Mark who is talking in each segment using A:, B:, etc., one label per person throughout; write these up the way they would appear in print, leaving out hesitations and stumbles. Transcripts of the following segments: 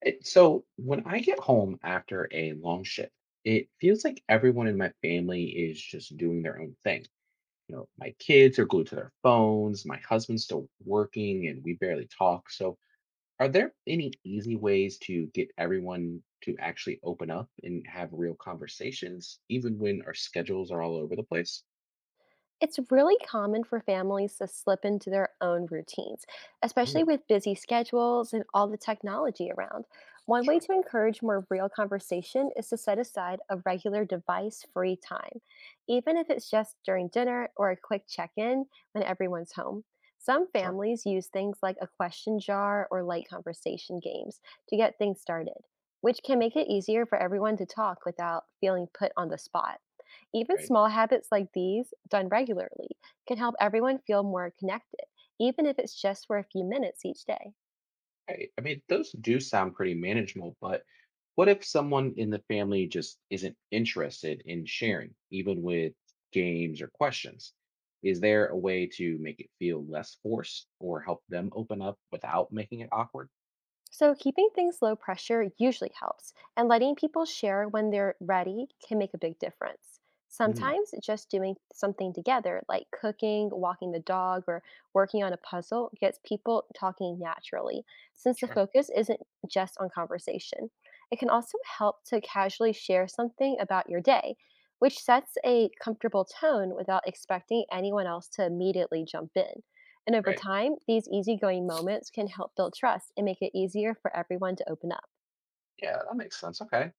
A: So when I get home after a long shift, it feels like everyone in my family is just doing their own thing. You know, my kids are glued to their phones, my husband's still working, and we barely talk. So, are there any easy ways to get everyone to actually open up and have real conversations, even when our schedules are all over the place?
B: It's really common for families to slip into their own routines, especially
A: Hmm.
B: with busy schedules and all the technology around. One way
A: Sure,
B: to encourage more real conversation is to set aside a regular device free time, even if it's just during dinner or a quick check in when everyone's home. Some
A: sure.
B: families use things like a question jar or light conversation games to get things started, which can make
A: Okay.
B: it easier for everyone to talk without feeling put on the spot. Even
A: Right.
B: small habits like these, done regularly, can help everyone feel more connected, even if it's just for a few minutes each day.
A: Right. I mean, those do sound pretty manageable, but what if someone in the family just isn't interested in sharing, even with games or questions? Is there a way to make it feel less forced or help them open up without making it awkward?
B: So, keeping things low pressure usually helps, and letting people share when they're ready can make a big difference.
A: Hmm.
B: Sometimes just doing something together, like cooking, walking the dog, or working on a puzzle, gets people talking naturally, since the
A: Sure.
B: focus isn't just on conversation. It can also help to casually share something about your day, which sets a comfortable tone without expecting anyone else to immediately jump in. And over
A: Right.
B: time, these easygoing moments can help build trust and make it easier for everyone to open up.
A: Yeah, that makes sense. Okay.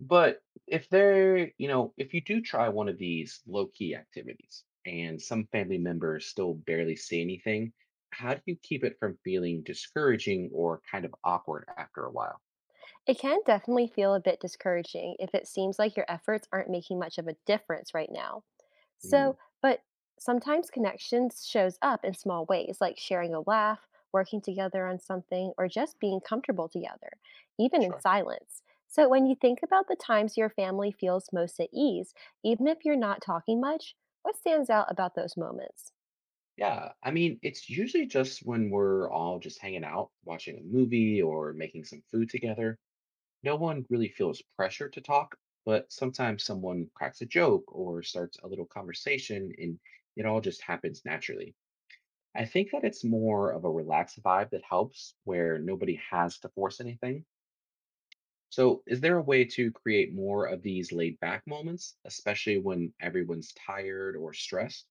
A: But if they're, if you do try one of these low key activities and some family members still barely say anything, how do you keep it from feeling discouraging or kind of awkward after a while?
B: It can definitely feel a bit discouraging if it seems like your efforts aren't making much of a difference right now.
A: Mm.
B: But sometimes connections shows up in small ways, like sharing a laugh, working together on something, or just being comfortable together, even in
A: Sure.
B: silence. So, when you think about the times your family feels most at ease, even if you're not talking much, what stands out about those moments?
A: Yeah, I mean, it's usually just when we're all just hanging out, watching a movie or making some food together. No one really feels pressure to talk, but sometimes someone cracks a joke or starts a little conversation and it all just happens naturally. I think that it's more of a relaxed vibe that helps where nobody has to force anything. So, is there a way to create more of these laid back moments, especially when everyone's tired or stressed?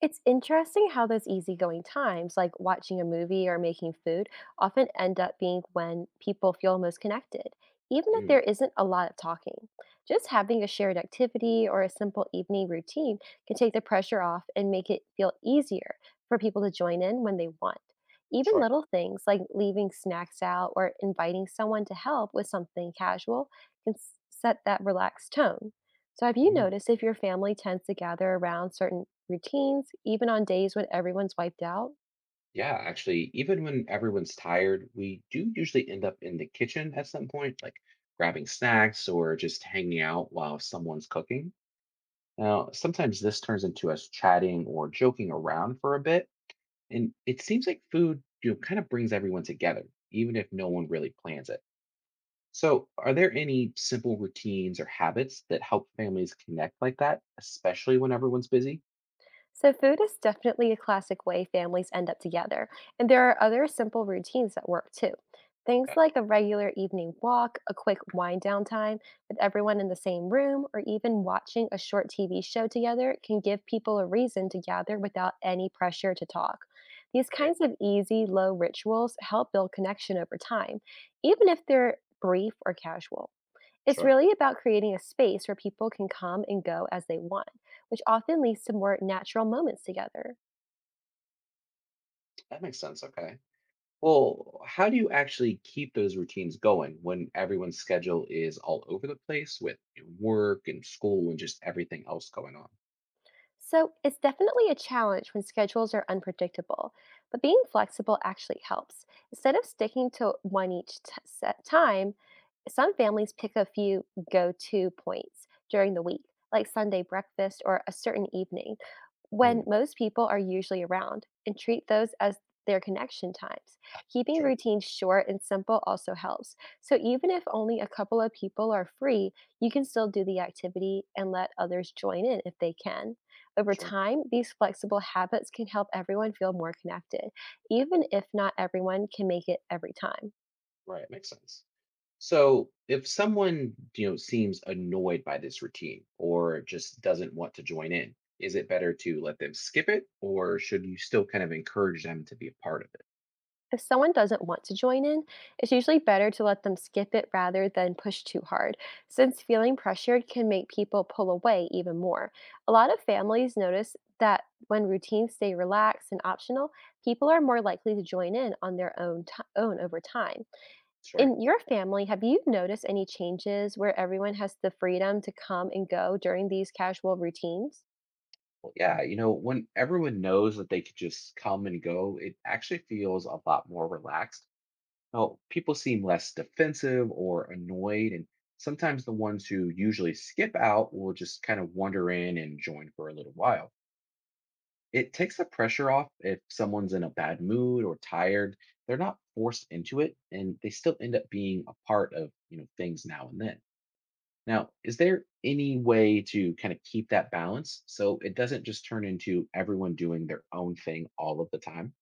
B: It's interesting how those easygoing times, like watching a movie or making food, often end up being when people feel most connected, even if
A: Mm.
B: there isn't a lot of talking. Just having a shared activity or a simple evening routine can take the pressure off and make it feel easier for people to join in when they want. Even
A: Sure.
B: little things like leaving snacks out or inviting someone to help with something casual can set that relaxed tone. So, have you
A: Mm.
B: noticed if your family tends to gather around certain routines, even on days when everyone's wiped out?
A: Yeah, actually, even when everyone's tired, we do usually end up in the kitchen at some point, like grabbing snacks or just hanging out while someone's cooking. Now, sometimes this turns into us chatting or joking around for a bit. And it seems like food, you know, kind of brings everyone together, even if no one really plans it. So, are there any simple routines or habits that help families connect like that, especially when everyone's busy?
B: So, food is definitely a classic way families end up together, and there are other simple routines that work too. Things
A: Okay.
B: like a regular evening walk, a quick wind down time with everyone in the same room, or even watching a short TV show together can give people a reason to gather without any pressure to talk. These
A: Right.
B: kinds of easy, low rituals help build connection over time, even if they're brief or casual. It's
A: Sure.
B: really about creating a space where people can come and go as they want, which often leads to more natural moments together.
A: That makes sense. Okay. Well, how do you actually keep those routines going when everyone's schedule is all over the place with, you know, work and school and just everything else going on?
B: So it's definitely a challenge when schedules are unpredictable, but being flexible actually helps. Instead of sticking to one set time, some families pick a few go to points during the week, like Sunday breakfast or a certain evening, when
A: Mm.
B: most people are usually around, and treat those as their connection times. Keeping
A: Sure.
B: routines short and simple also helps. So even if only a couple of people are free, you can still do the activity and let others join in if they can. Over
A: Sure.
B: time, these flexible habits can help everyone feel more connected, even if not everyone can make it every time.
A: Right. Makes sense. So if someone, you know, seems annoyed by this routine or just doesn't want to join in, is it better to let them skip it or should you still kind of encourage them to be a part of it?
B: If someone doesn't want to join in, it's usually better to let them skip it rather than push too hard, since feeling pressured can make people pull away even more. A lot of families notice that when routines stay relaxed and optional, people are more likely to join in on their own over time.
A: Sure.
B: In your family, have you noticed any changes where everyone has the freedom to come and go during these casual routines?
A: Well, yeah, you know, when everyone knows that they could just come and go, it actually feels a lot more relaxed. Now, people seem less defensive or annoyed, and sometimes the ones who usually skip out will just kind of wander in and join for a little while. It takes the pressure off if someone's in a bad mood or tired. They're not forced into it and they still end up being a part of, you know, things now and then. Now, is there any way to kind of keep that balance so it doesn't just turn into everyone doing their own thing all of the time?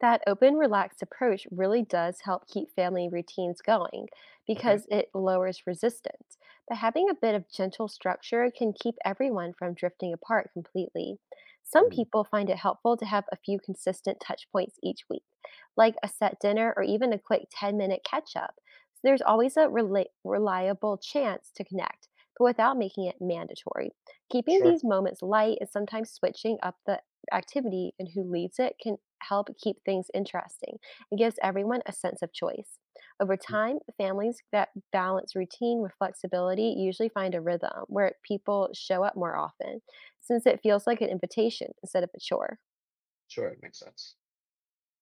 B: That open, relaxed approach really does help keep family routines going
A: Okay.
B: because it lowers resistance. But having a bit of gentle structure can keep everyone from drifting apart completely. Some
A: Mm.
B: people find it helpful to have a few consistent touch points each week, like a set dinner or even a quick 10-minute catch up. So there's always a reliable chance to connect, but without making it mandatory. Keeping
A: Sure,
B: these moments light and sometimes switching up the activity and who leads it can help keep things interesting and gives everyone a sense of choice. Over time, families that balance routine with flexibility usually find a rhythm where people show up more often, since it feels like an invitation instead of a chore.
A: sure, it makes sense.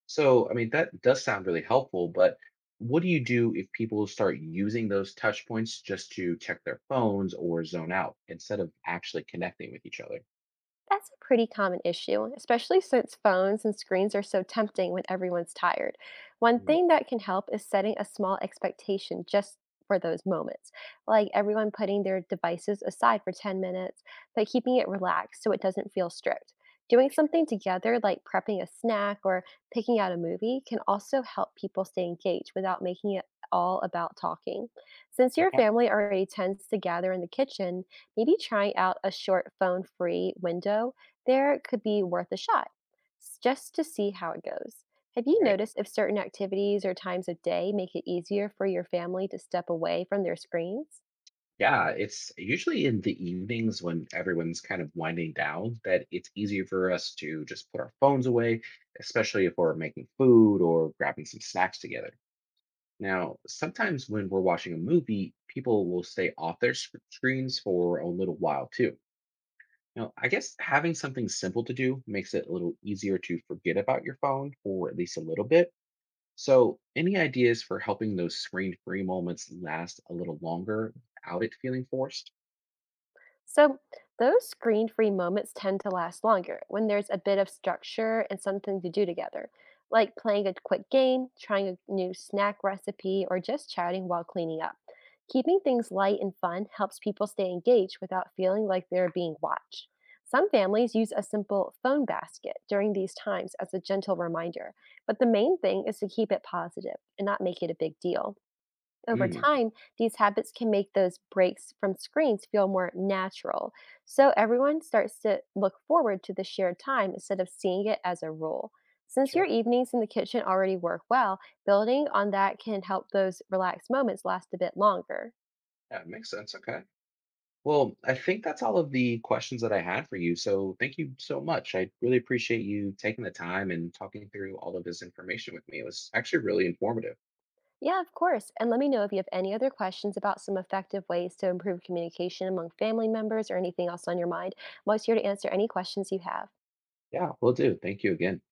A: So, I mean, that does sound really helpful, but what do you do if people start using those touch points just to check their phones or zone out instead of actually connecting with each other?
B: That's a pretty common issue, especially since phones and screens are so tempting when everyone's tired. One
A: Mm.
B: thing that can help is setting a small expectation just for those moments, like everyone putting their devices aside for 10 minutes, but keeping it relaxed so it doesn't feel strict. Doing something together, like prepping a snack or picking out a movie, can also help people stay engaged without making it all about talking. Since your
A: Okay.
B: family already tends to gather in the kitchen, maybe trying out a short phone free window there could be worth a shot just to see how it goes. Have you
A: Right.
B: noticed if certain activities or times of day make it easier for your family to step away from their screens?
A: Yeah, it's usually in the evenings when everyone's kind of winding down that it's easier for us to just put our phones away, especially if we're making food or grabbing some snacks together. Now, sometimes when we're watching a movie, people will stay off their screens for a little while too. Now, I guess having something simple to do makes it a little easier to forget about your phone for at least a little bit. So, any ideas for helping those screen free moments last a little longer without it feeling forced?
B: So, those screen free moments tend to last longer when there's a bit of structure and something to do together, like playing a quick game, trying a new snack recipe, or just chatting while cleaning up. Keeping things light and fun helps people stay engaged without feeling like they're being watched. Some families use a simple phone basket during these times as a gentle reminder, but the main thing is to keep it positive and not make it a big deal. Over
A: Mm.
B: time, these habits can make those breaks from screens feel more natural. So everyone starts to look forward to the shared time instead of seeing it as a rule. Since your
A: Sure.
B: evenings in the kitchen already work well, building on that can help those relaxed moments last a bit longer.
A: Yeah, makes sense. Okay. Well, I think that's all of the questions that I had for you. So, thank you so much. I really appreciate you taking the time and talking through all of this information with me. It was actually really informative.
B: Yeah, of course. And let me know if you have any other questions about some effective ways to improve communication among family members or anything else on your mind. I'm always here to answer any questions you have.
A: Yeah, will do. Thank you again.